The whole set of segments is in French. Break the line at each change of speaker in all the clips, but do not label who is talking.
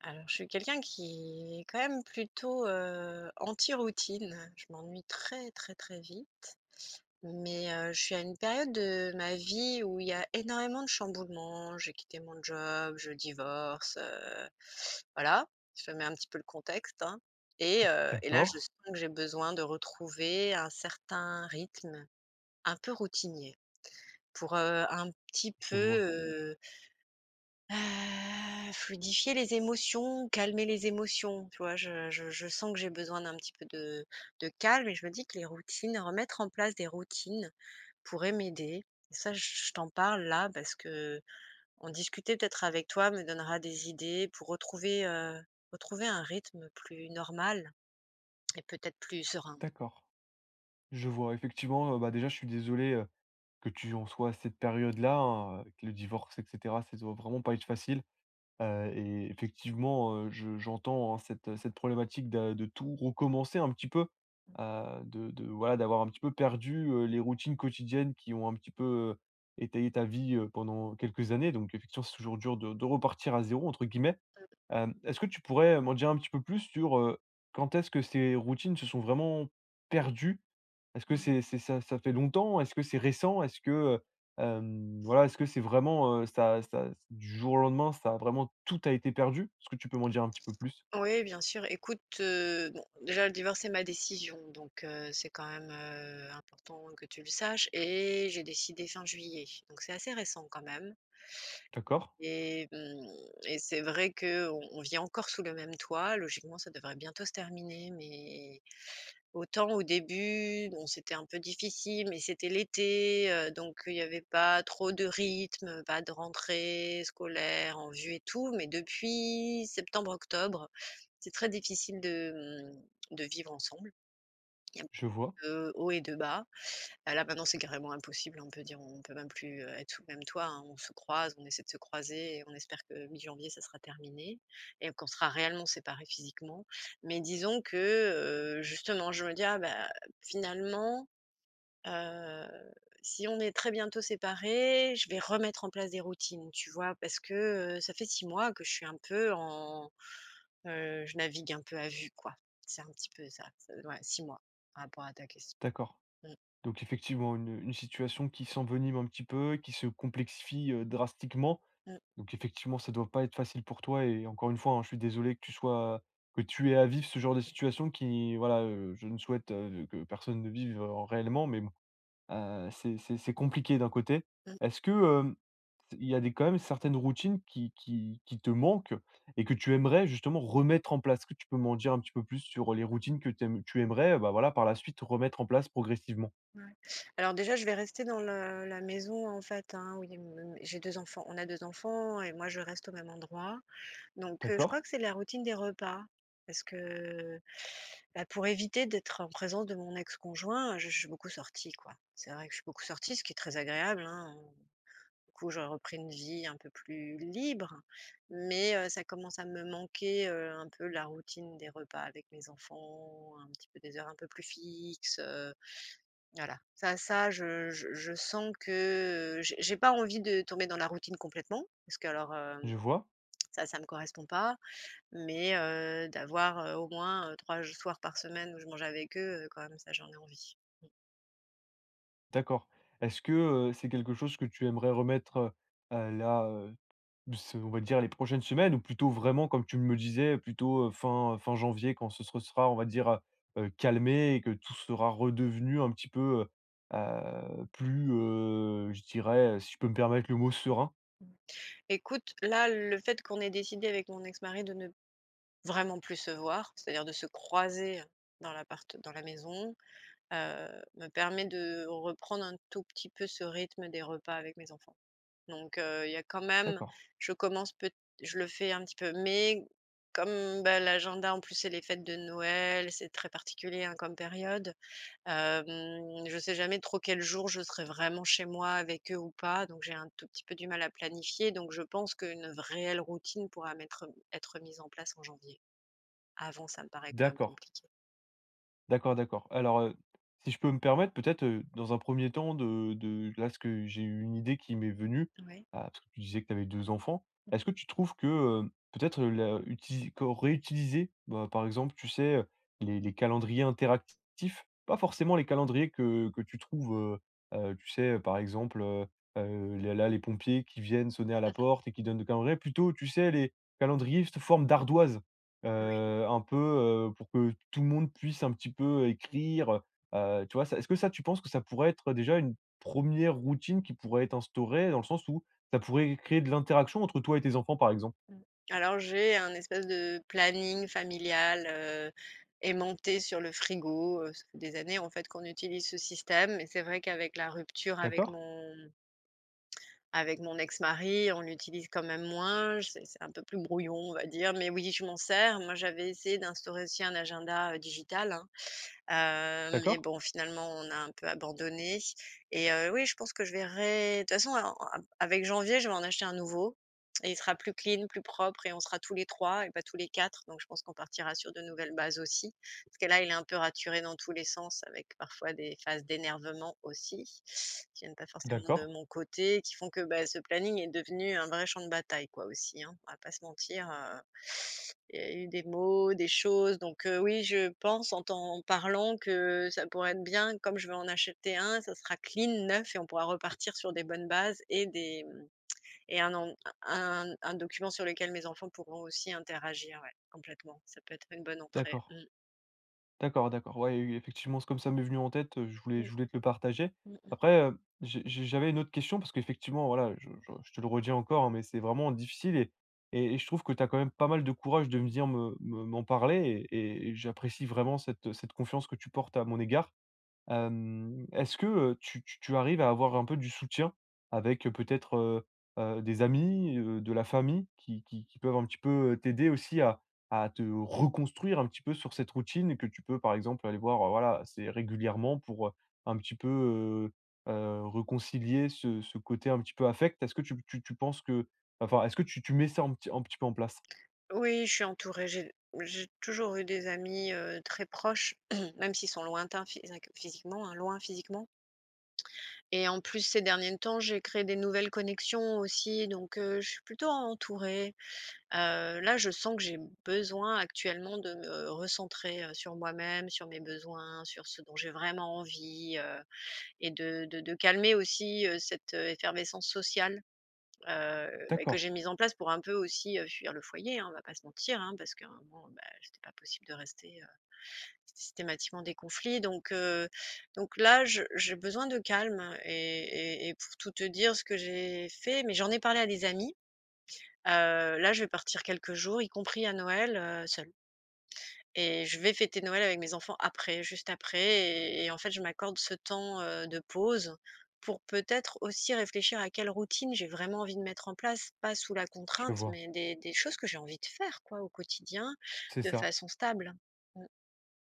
Alors, je suis quelqu'un qui est quand même plutôt, anti-routine. Je m'ennuie très, très, très vite, mais je suis à une période de ma vie où il y a énormément de chamboulements. J'ai quitté mon job, je divorce, voilà, je te mets un petit peu le contexte, hein. Et là,
D'accord,
je sens que j'ai besoin de retrouver un certain rythme un peu routinier pour, un petit
je vois.
peu. Fluidifier les émotions, calmer les émotions, tu vois? Je sens que j'ai besoin d'un petit peu de calme et je me dis que les routines remettre en place des routines pourrait m'aider. Et Ça, j je t'en parle là parce que qu'en discuter peut-être avec toi me donnera des idées pour retrouver un rythme plus normal et peut-être plus serein.
D'accord. Je vois. Effectivement, bah, déjà, je suis désolé, que tu en sois à cette période-là, hein, que le divorce et cetera, ça doit vraiment pas être facile, et effectivement, je j'entends, hein, cette problématique de tout recommencer un petit peu, de voilà, d'avoir un petit peu perdu, les routines quotidiennes qui ont un petit peu, heu, étayé ta vie, pendant quelques années. Donc effectivement, c'est toujours dur de «repartir à zéro entre guillemets». Hem, est-ce que tu pourrais m'en dire un petit peu plus sur, quand est-ce que ces routines se sont vraiment perdues? Est-ce que
Ouais.
c'est ça fait longtemps? Est-ce que c'est récent? Est-ce que, voilà, est-ce que c'est vraiment, ça du jour au lendemain, ça a vraiment tout a été perdu? Est-ce que tu peux m'en dire un petit peu plus?
Oui, bien sûr. Écoute, bon, déjà le divorce, c'est ma décision, donc c'est quand même, important que tu le saches et j'ai décidé fin juillet, donc c'est assez récent quand même
D'accord,
et mmh et c'est vrai que on vit encore sous le même toit. Logiquement, ça devrait bientôt se terminer, mais autant au début, bon, c'était un peu difficile, mais c'était l'été, donc il n'y avait pas trop de rythme, pas de rentrée scolaire en vue et tout, mais depuis septembre-octobre c'est très difficile de vivre ensemble. Il y a
je vois,
de haut et de bas. Bah, là, maintenant, c'est carrément impossible, hein, on peut même plus, être sous le même toit, hein. On se croise, on essaie de se croiser et on espère que mi-janvier, ça sera terminé et qu'on sera réellement séparés physiquement. Mais disons que, justement, je me dis: «Ah bah, finalement, heu, si on est très bientôt séparés, je vais remettre en place des routines», tu vois? Parce que, ça fait 6 mois que je suis un peu en je navigue un peu à vue, quoi. C'est un petit peu ça, ouais, 6 mois, par rapport à ta question.
d'accord.
Mmh,
Donc effectivement, une situation qui s'envenime un petit peu, qui se complexifie, drastiquement.
mmh,
Donc effectivement, ça doit pas être facile pour toi et encore une fois, hein, je suis désolé que tu sois que tu aies à vivre ce genre de situation qui, voilà, je ne souhaite, que personne ne vive, réellement, mais bon, c'est compliqué d'un côté.
mmh,
Est-ce que, hem, il y a des quand même certaines routines qui te manquent et que tu aimerais justement remettre en place? Est-ce que tu peux m'en dire un petit peu plus sur les routines que tu aimerais, bah, voilà, par la suite remettre en place progressivement?
ouais. Alors déjà, je vais rester dans le la maison, en fait, hein, où il y a m j'ai 2 enfants. On a 2 enfants et moi, je reste au même endroit. Donc je
D'accord,
crois que c'est la routine des repas parce que, bah, pour éviter d'être en présence de mon ex-conjoint, je suis beaucoup sortie, quoi. C'est vrai que je suis beaucoup sortie, ce qui est très agréable, hein. Du coup, j'aurais repris une vie un peu plus libre, mais ça commence à me manquer, un peu la routine des repas avec mes enfants, un petit peu des heures un peu plus fixes, voilà. Ça, je sens que, j'ai pas envie de tomber dans la routine complètement, parce que alors,
je vois,
ça me correspond pas, mais d'avoir, au moins, 3 soirs par semaine où je mange avec eux, quand même ça j'en ai envie. Mmh.
d'accord. Est-ce que, c'est quelque chose que tu aimerais remettre, là, c'est, on va dire, les prochaines semaines ou plutôt vraiment comme tu me le disais, plutôt, fin janvier quand ce se sera, on va dire, calmé et que tout sera redevenu un petit peu, plus, je dirais, si je peux me permettre le mot, serein?
Mmh. Écoute, là, le fait qu'on ait décidé avec mon ex-mari de ne vraiment plus se voir, c'est-à-dire de se croiser dans la maison, me permet de reprendre un tout petit peu ce rythme des repas avec mes enfants. Donc il y a quand même
D'accord,
je commence peut je le fais un petit peu, mais comme, bah, l'agenda en plus c'est les fêtes de Noël, c'est très particulier, hein, comme période. Je sais jamais trop quel jour je serai vraiment chez moi avec eux ou pas, donc j'ai un tout petit peu du mal à planifier, donc je pense qu'une réelle routine pourra m'être être mise en place en janvier. Avant, ça me paraît quand même
d'accord.
compliqué.
D'accord, d'accord. Alors, si je peux me permettre peut-être, dans un premier temps de là, ce que j'ai eu une idée qui m'est venue,
Ouais.
ah, parce que tu disais que tu avais 2 enfants. Est-ce que tu trouves que, peut-être, la utili co réutiliser, bah, par exemple, tu sais, les calendriers interactifs, pas forcément les calendriers que tu trouves, tu sais, par exemple, les là, les pompiers qui viennent sonner à la porte et qui donnent de calendriers, plutôt, tu sais, les calendriers sous forme d'ardoise.
Oui.
Un peu, pour que tout le monde puisse un petit peu écrire, tu vois? Ça, est-ce que ça, tu penses que ça pourrait être déjà une première routine qui pourrait être instaurée dans le sens où ça pourrait créer de l'interaction entre toi et tes enfants, par exemple?
Mmh. Alors j'ai un espèce de planning familial, aimanté sur le frigo, ça fait des années en fait qu'on utilise ce système et c'est vrai qu'avec la rupture avec
D'accord?
mon ex-mari, on l'utilise quand même moins, c'est un peu plus brouillon, on va dire, mais oui, je m'en sers. Moi, j'avais essayé d'instaurer aussi un agenda, digital, hein. Mais
D'accord?
bon, finalement, on a un peu abandonné et oui, je pense que je verrai de toute façon, a a avec janvier, je vais en acheter un nouveau et il sera plus clean, plus propre et on sera tous les 3, et pas tous les 4. Donc je pense qu'on partira sur de nouvelles bases aussi. Parce que là, il est un peu raturé dans tous les sens avec parfois des phases d'énervement aussi, qui viennent pas forcément de
D'accord?
mon côté, qui font que, bah, ce planning est devenu un vrai champ de bataille, quoi, aussi, hein, on va pas se mentir, il y a eu des mots, des choses, donc oui, je pense en t'en parlant que ça pourrait être bien, comme je vais en acheter un, ça sera clean, neuf et on pourra repartir sur des bonnes bases et des, mmh et un en un un document sur lequel mes enfants pourront aussi interagir, ouais, complètement. Ça peut être une bonne entrée.
D'accord.
Mmh.
D'accord, d'accord. Ouais, oui, effectivement, c'est comme ça m'est venu en tête, je voulais
Mmh,
je voulais te le partager.
mmh mh.
Après, j'avais une autre question parce qu'effectivement, voilà, je te le redis encore, hein, mais c'est vraiment difficile et je trouve que tu as quand même pas mal de courage de venir me m'en parler et j'apprécie vraiment cette confiance que tu portes à mon égard. Hem, est-ce que, tu arrives à avoir un peu du soutien avec, peut-être, des amis, de la famille qui peuvent un petit peu, t'aider aussi à te reconstruire un petit peu sur cette routine et que tu peux, par exemple, aller voir, voilà, c'est régulièrement pour, un petit peu, réconcilier ce côté un petit peu affect? Est-ce que tu penses que enfin, est-ce que tu mets ça un petit peu en place?
Oui, je suis entourée, j'ai toujours eu des amis, très proches, même s'ils sont lointains physiquement, hein, loin physiquement. Et en plus, ces derniers temps, j'ai créé des nouvelles connexions aussi, donc je suis plutôt entourée. Là, je sens que j'ai besoin actuellement de me recentrer, sur moi-même, sur mes besoins, sur ce dont j'ai vraiment envie, et de calmer aussi, cette, effervescence sociale, beh, que
D'accord,
j'ai mise en place pour un peu aussi, fuir le foyer, hein, on va pas se mentir, hein, parce qu'à un moment, bah, c'était pas possible de rester. Systématiquement des conflits donc là, je j'ai besoin de calme et pour tout te dire ce que j'ai fait mais j'en ai parlé à des amis, heu, là, je vais partir quelques jours, y compris à Noël, seule et je vais fêter Noël avec mes enfants après, juste après et en fait, je m'accorde ce temps, de pause pour peut-être aussi réfléchir à quelle routine j'ai vraiment envie de mettre en place, pas sous la
je
contrainte
vois,
mais des choses que j'ai envie de faire quoi au quotidien
c'est
de
ça.
façon stable. Mmh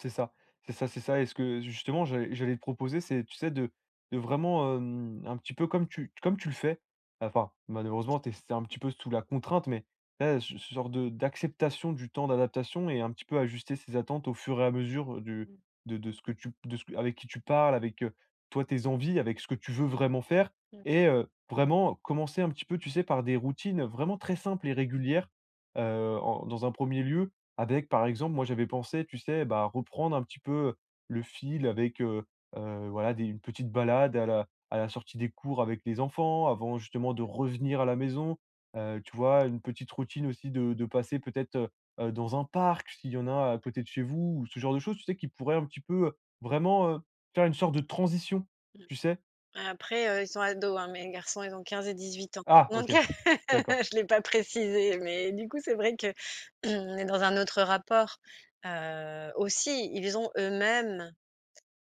C'est ça, c'est ça, c'est ça et ce que justement j'allais te proposer, c'est tu sais de vraiment, un petit peu comme tu le fais, enfin malheureusement t'es c'est un petit peu sous la contrainte, mais là ce genre de d'acceptation du temps d'adaptation et un petit peu ajuster ses attentes au fur et à mesure du de ce que tu de ce que- avec qui tu parles, avec, toi tes envies, avec ce que tu veux vraiment faire et vraiment commencer un petit peu, tu sais, par des routines vraiment très simples et régulières, en dans un premier lieu avec, par exemple, moi j'avais pensé, tu sais, bah, reprendre un petit peu le fil avec, voilà, des une petite balade à la sortie des cours avec les enfants, avant justement de revenir à la maison. Tu vois, une petite routine aussi de passer peut-être, dans un parc, s'il y en a à côté de chez vous ou ce genre de choses, tu sais, qui pourrait un petit peu, vraiment, faire une sorte de transition,
mh.
tu sais?
Après, ils sont ados, hein, mes garçons, ils ont 15 et 18 ans.
Ah
Donc
OK, d'accord,
je l'ai pas précisé, mais du coup, c'est vrai qu'on est dans un autre rapport. Aussi, ils ont eux-mêmes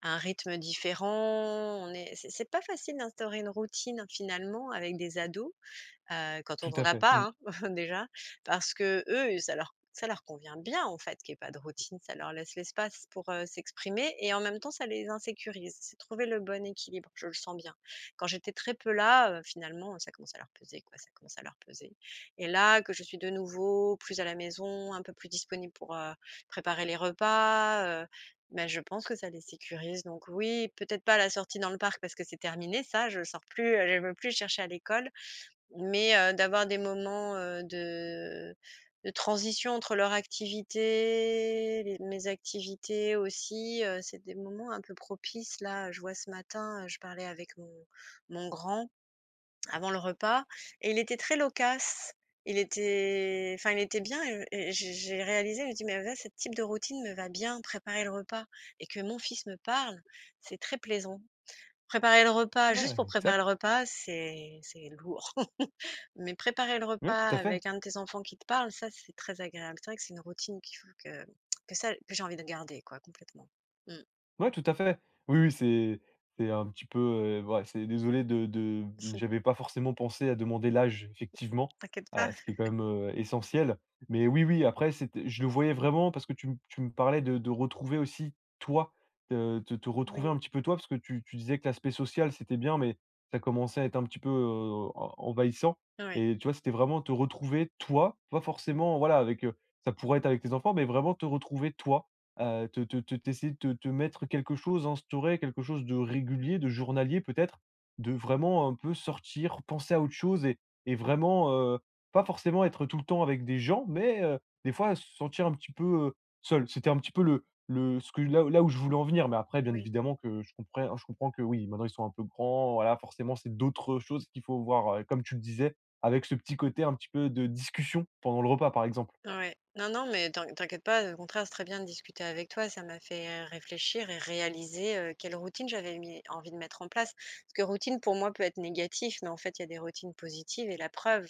un rythme différent. On est c'est pas facile d'instaurer une routine finalement avec des ados quand on
tout
n'en
à
a
fait,
pas,
mmh.
hein, déjà, parce que eux, ça leur convient bien, en fait, qu'il y ait pas de routine. Ça leur laisse l'espace pour, s'exprimer et en même temps, ça les insécurise. C'est trouver le bon équilibre, je le sens bien. Quand j'étais très peu là, finalement, ça commence à leur peser, quoi, ça commence à leur peser et là, que je suis de nouveau plus à la maison, un peu plus disponible pour, préparer les repas, bah, je pense que ça les sécurise donc oui, peut-être pas la sortie dans le parc parce que c'est terminé ça, je sors plus, je ne veux plus chercher à l'école, mais d'avoir des moments, de transition entre leur activité, les mes activités aussi, c'est des moments un peu propices. Là, je vois ce matin, je parlais avec mon grand avant le repas et il était très loquace. Il était Enfin, il était bien et j'ai réalisé, je me dis: «Mais là, ce type de routine me va bien, préparer le repas» et que mon fils me parle, c'est très plaisant. Préparer le repas, juste
Ouais,
pour préparer le
exact,
repas, c'est lourd. Mais préparer le
ouais,
repas
tout à fait.
avec un de tes enfants qui te parle, ça, c'est très agréable. C'est vrai que c'est une routine qu'il faut que j'ai envie de garder, quoi, complètement. Mmh.
Ouais, tout à fait. Oui, oui, c'est un petit peu, ouais, c'est désolé de j'avais pas forcément pensé à demander l'âge effectivement,
T'inquiète pas.
ce qui est quand même, essentiel. Mais oui, oui, après c'était je le voyais vraiment parce que tu me parlais de retrouver aussi toi, de te
Oui.
retrouver un petit peu toi parce que tu disais que l'aspect social c'était bien, mais ça commençait à être un petit peu, en envahissant
Oui,
et tu vois, c'était vraiment te retrouver toi, pas forcément voilà avec, ça pourrait être avec tes enfants, mais vraiment te retrouver toi. Te te te T'essayer de te mettre quelque chose, instaurer quelque chose de régulier, de journalier peut-être, de vraiment un peu sortir, penser à autre chose et vraiment, heu, pas forcément être tout le temps avec des gens, mais, des fois se sentir un petit peu, heu, seul. C'était un petit peu le ce que là où je voulais en venir, mais après bien
oui.
évidemment que je comprends que oui, maintenant ils sont un peu grands, voilà, forcément c'est d'autres choses qu'il faut voir, comme tu le disais, avec ce petit côté un petit peu de discussion pendant le repas par exemple.
Ouais. Non, non, mais t'inquiète pas, au contraire, c'est très bien de discuter avec toi. Ça m'a fait réfléchir et réaliser, quelle routine j'avais mis envie de mettre en place. Parce que routine, pour moi, peut être négatif, mais en fait, il y a des routines positives et la preuve,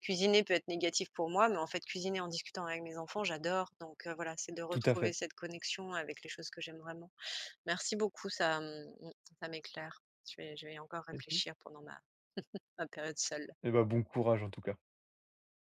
cuisiner peut être négatif pour moi, mais en fait, cuisiner en discutant avec mes enfants, j'adore. Donc voilà, c'est de
Tout à
retrouver
fait
cette connexion avec les choses que j'aime vraiment. Merci beaucoup, mmh, ça m'éclaire. Je vais encore
et
réfléchir pendant ma période seule.
et bah, bon courage en tout cas.